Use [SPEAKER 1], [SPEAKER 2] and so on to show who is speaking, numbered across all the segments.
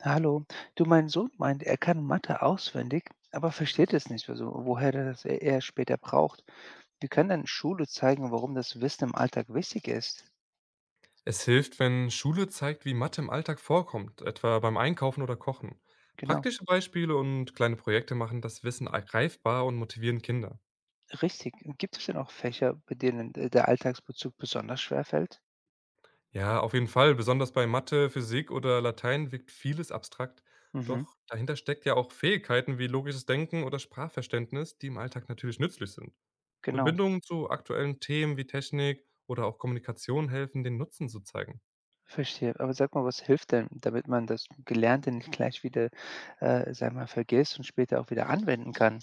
[SPEAKER 1] Hallo, du, mein Sohn meint, er kann Mathe auswendig, aber versteht es nicht, also woher er das er später braucht. Wie kann denn Schule zeigen, warum das Wissen im Alltag wichtig ist?
[SPEAKER 2] Es hilft, wenn Schule zeigt, wie Mathe im Alltag vorkommt, etwa beim Einkaufen oder Kochen.
[SPEAKER 1] Genau,
[SPEAKER 2] Praktische Beispiele und kleine Projekte machen das Wissen ergreifbar und motivieren Kinder.
[SPEAKER 1] richtig. Und gibt es denn auch Fächer, bei denen der Alltagsbezug besonders schwer fällt?
[SPEAKER 2] Ja, auf jeden Fall, besonders bei Mathe, Physik oder Latein wirkt vieles abstrakt,
[SPEAKER 1] Mhm,
[SPEAKER 2] doch dahinter steckt ja auch Fähigkeiten wie logisches Denken oder Sprachverständnis, die im Alltag natürlich nützlich sind.
[SPEAKER 1] genau,
[SPEAKER 2] Verbindungen zu aktuellen Themen wie Technik oder auch Kommunikation helfen, den Nutzen zu zeigen.
[SPEAKER 1] verstehe. Aber sag mal, was hilft denn, damit man das Gelernte nicht gleich wieder vergisst und später auch wieder anwenden kann?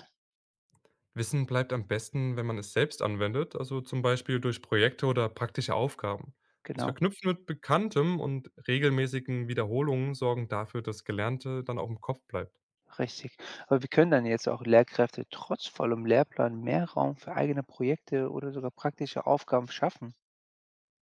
[SPEAKER 2] Wissen bleibt am besten, wenn man es selbst anwendet, also zum Beispiel durch Projekte oder praktische Aufgaben. Das
[SPEAKER 1] Genau.
[SPEAKER 2] Verknüpfen mit Bekanntem und regelmäßigen Wiederholungen sorgen dafür, dass Gelernte dann auch im Kopf bleibt.
[SPEAKER 1] Richtig. Aber wie können dann jetzt auch Lehrkräfte trotz vollem Lehrplan mehr Raum für eigene Projekte oder sogar praktische Aufgaben schaffen?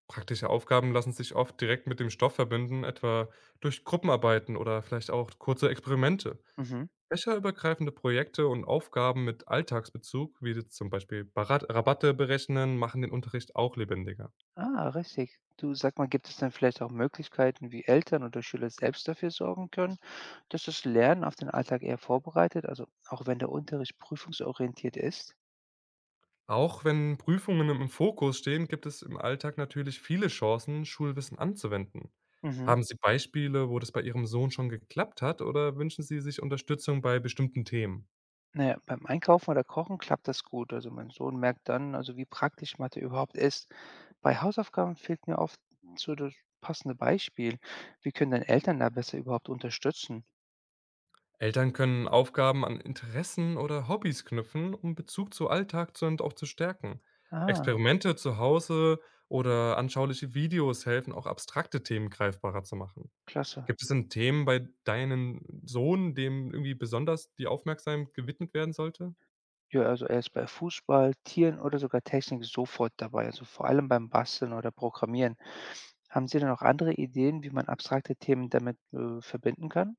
[SPEAKER 2] Praktische Aufgaben lassen sich oft direkt mit dem Stoff verbinden, etwa durch Gruppenarbeiten oder vielleicht auch kurze Experimente.
[SPEAKER 1] Mhm.
[SPEAKER 2] Fächerübergreifende Projekte und Aufgaben mit Alltagsbezug, wie jetzt zum Beispiel Rabatte berechnen, machen den Unterricht auch lebendiger.
[SPEAKER 1] Ah, richtig. Du, sag mal, gibt es denn vielleicht auch Möglichkeiten, wie Eltern oder Schüler selbst dafür sorgen können, dass das Lernen auf den Alltag eher vorbereitet, also auch wenn der Unterricht prüfungsorientiert ist?
[SPEAKER 2] Auch wenn Prüfungen im Fokus stehen, gibt es im Alltag natürlich viele Chancen, Schulwissen anzuwenden.
[SPEAKER 1] Mhm.
[SPEAKER 2] Haben Sie Beispiele, wo das bei Ihrem Sohn schon geklappt hat oder wünschen Sie sich Unterstützung bei bestimmten Themen?
[SPEAKER 1] Na ja, beim Einkaufen oder Kochen klappt das gut. Also mein Sohn merkt dann, also wie praktisch Mathe überhaupt ist. Bei Hausaufgaben fehlt mir oft so das passende Beispiel. Wie können denn Eltern da besser überhaupt unterstützen?
[SPEAKER 2] Eltern können Aufgaben an Interessen oder Hobbys knüpfen, um Bezug zu Alltag zu und auch zu stärken.
[SPEAKER 1] Ah,
[SPEAKER 2] Experimente zu Hause oder anschauliche Videos helfen, auch abstrakte Themen greifbarer zu machen.
[SPEAKER 1] klasse.
[SPEAKER 2] Gibt es denn Themen bei deinem Sohn, dem irgendwie besonders die Aufmerksamkeit gewidmet werden sollte?
[SPEAKER 1] Ja, also er ist bei Fußball, Tieren oder sogar Technik sofort dabei. Also vor allem beim Basteln oder Programmieren. Haben Sie denn noch andere Ideen, wie man abstrakte Themen damit verbinden kann?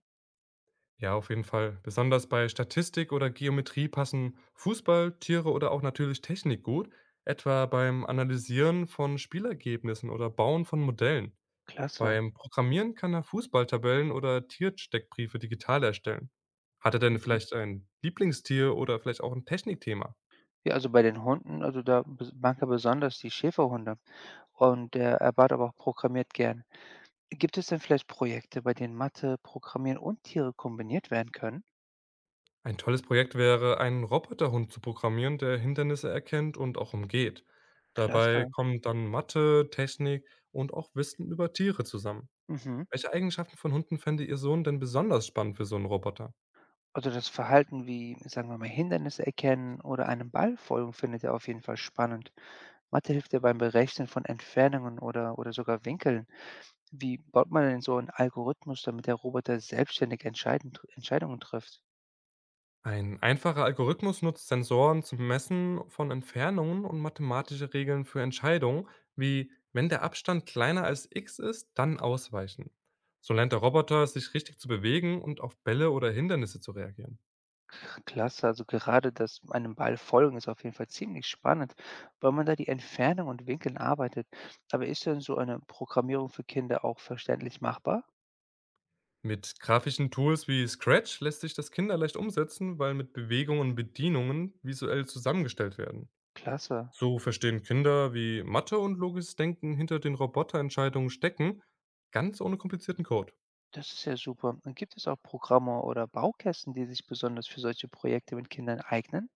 [SPEAKER 2] Ja, auf jeden Fall. Besonders bei Statistik oder Geometrie passen Fußball, Tiere oder auch natürlich Technik gut, etwa beim Analysieren von Spielergebnissen oder Bauen von Modellen.
[SPEAKER 1] Klasse.
[SPEAKER 2] Beim Programmieren kann er Fußballtabellen oder Tiersteckbriefe digital erstellen. Hat er denn
[SPEAKER 1] Mhm.
[SPEAKER 2] vielleicht ein Lieblingstier oder vielleicht auch ein Technikthema?
[SPEAKER 1] Ja, also bei den Hunden, also da mag er besonders die Schäferhunde. Und, er bat aber auch programmiert gern. Gibt es denn vielleicht Projekte, bei denen Mathe, Programmieren und Tiere kombiniert werden können?
[SPEAKER 2] Ein tolles Projekt wäre, einen Roboterhund zu programmieren, der Hindernisse erkennt und auch umgeht. Dabei
[SPEAKER 1] Klasse.
[SPEAKER 2] kommen dann Mathe, Technik und auch Wissen über Tiere zusammen.
[SPEAKER 1] Mhm.
[SPEAKER 2] Welche Eigenschaften von Hunden fände Ihr Sohn denn besonders spannend für so 'n Roboter?
[SPEAKER 1] Also das Verhalten wie, sagen wir mal, Hindernisse erkennen oder einem Ball folgen, findet er auf jeden Fall spannend. Mathe hilft ja beim Berechnen von Entfernungen oder sogar Winkeln. Wie baut man denn so einen Algorithmus, damit der Roboter selbstständig Entscheidungen trifft?
[SPEAKER 2] Ein einfacher Algorithmus nutzt Sensoren zum Messen von Entfernungen und mathematische Regeln für Entscheidungen, wie wenn der Abstand kleiner als X ist, dann ausweichen. So lernt der Roboter, sich richtig zu bewegen und auf Bälle oder Hindernisse zu reagieren.
[SPEAKER 1] Klasse, also gerade das einem Ball folgen ist auf jeden Fall ziemlich spannend, weil man da die Entfernung und Winkeln arbeitet. Aber ist denn so eine Programmierung für Kinder auch verständlich machbar?
[SPEAKER 2] Mit grafischen Tools wie Scratch lässt sich das kinderleicht umsetzen, weil mit Bewegungen und Bedienungen visuell zusammengestellt werden.
[SPEAKER 1] Klasse,
[SPEAKER 2] So verstehen Kinder, wie Mathe und logisches Denken hinter den Roboterentscheidungen stecken, ganz ohne komplizierten Code.
[SPEAKER 1] das ist ja super. Und gibt es auch Programme oder Baukästen, die sich besonders für solche Projekte mit Kindern eignen?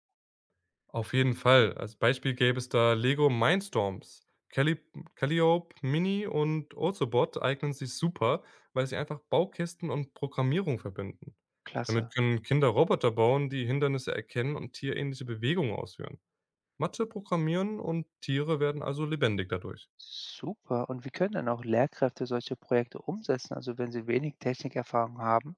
[SPEAKER 2] Auf jeden Fall. Als Beispiel gäbe es da Lego Mindstorms. Calli- Calliope, Mini und Ozobot eignen sich super, weil sie einfach Baukästen und Programmierung verbinden.
[SPEAKER 1] Klasse,
[SPEAKER 2] Damit können Kinder Roboter bauen, die Hindernisse erkennen und tierähnliche Bewegungen ausführen. Mathe programmieren und Tiere werden also lebendig dadurch.
[SPEAKER 1] super. Und wie können dann auch Lehrkräfte solche Projekte umsetzen, also wenn sie wenig Technikerfahrung haben?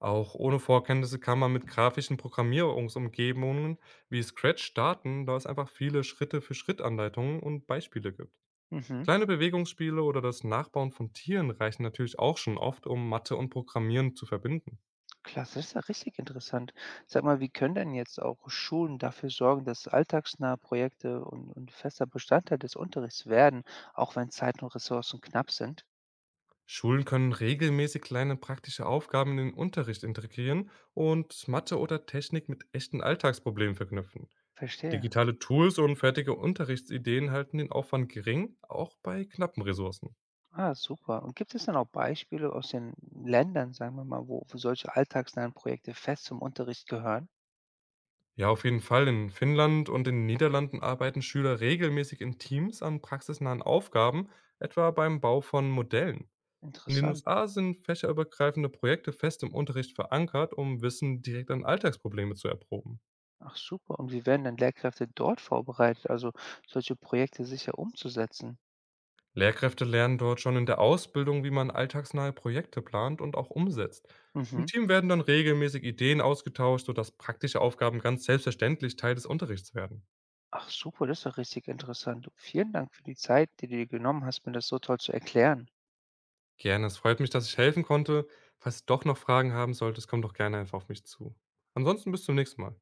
[SPEAKER 2] Auch ohne Vorkenntnisse kann man mit grafischen Programmierungsumgebungen wie Scratch starten, da es einfach viele Schritte-für-Schritt-Anleitungen und Beispiele gibt.
[SPEAKER 1] Mhm.
[SPEAKER 2] Kleine Bewegungsspiele oder das Nachbauen von Tieren reichen natürlich auch schon oft, um Mathe und Programmieren zu verbinden.
[SPEAKER 1] Klasse, das ist ja richtig interessant. Sag mal, wie können denn jetzt auch Schulen dafür sorgen, dass alltagsnahe Projekte und fester Bestandteil des Unterrichts werden, auch wenn Zeit und Ressourcen knapp sind?
[SPEAKER 2] Schulen können regelmäßig kleine praktische Aufgaben in den Unterricht integrieren und Mathe oder Technik mit echten Alltagsproblemen verknüpfen.
[SPEAKER 1] Verstehe.
[SPEAKER 2] Digitale Tools und fertige Unterrichtsideen halten den Aufwand gering, auch bei knappen Ressourcen.
[SPEAKER 1] Ah, super. Und gibt es dann auch Beispiele aus den Ländern, sagen wir mal, wo solche alltagsnahen Projekte fest zum Unterricht gehören?
[SPEAKER 2] Ja, auf jeden Fall. In Finnland und in den Niederlanden arbeiten Schüler regelmäßig in Teams an praxisnahen Aufgaben, etwa beim Bau von Modellen. In den
[SPEAKER 1] Interessant.
[SPEAKER 2] USA sind fächerübergreifende Projekte fest im Unterricht verankert, um Wissen direkt an Alltagsprobleme zu erproben.
[SPEAKER 1] Ach, super. Und wie werden dann Lehrkräfte dort vorbereitet, also solche Projekte sicher umzusetzen?
[SPEAKER 2] Lehrkräfte lernen dort schon in der Ausbildung, wie man alltagsnahe Projekte plant und auch umsetzt. Im
[SPEAKER 1] Mhm.
[SPEAKER 2] Team werden dann regelmäßig Ideen ausgetauscht, sodass praktische Aufgaben ganz selbstverständlich Teil des Unterrichts werden.
[SPEAKER 1] Ach super, das ist doch richtig interessant. Du, vielen Dank für die Zeit, die du dir genommen hast, mir das so toll zu erklären.
[SPEAKER 2] Gerne. Es freut mich, dass ich helfen konnte. Falls du doch noch Fragen haben solltest, komm doch gerne einfach auf mich zu. Ansonsten bis zum nächsten Mal.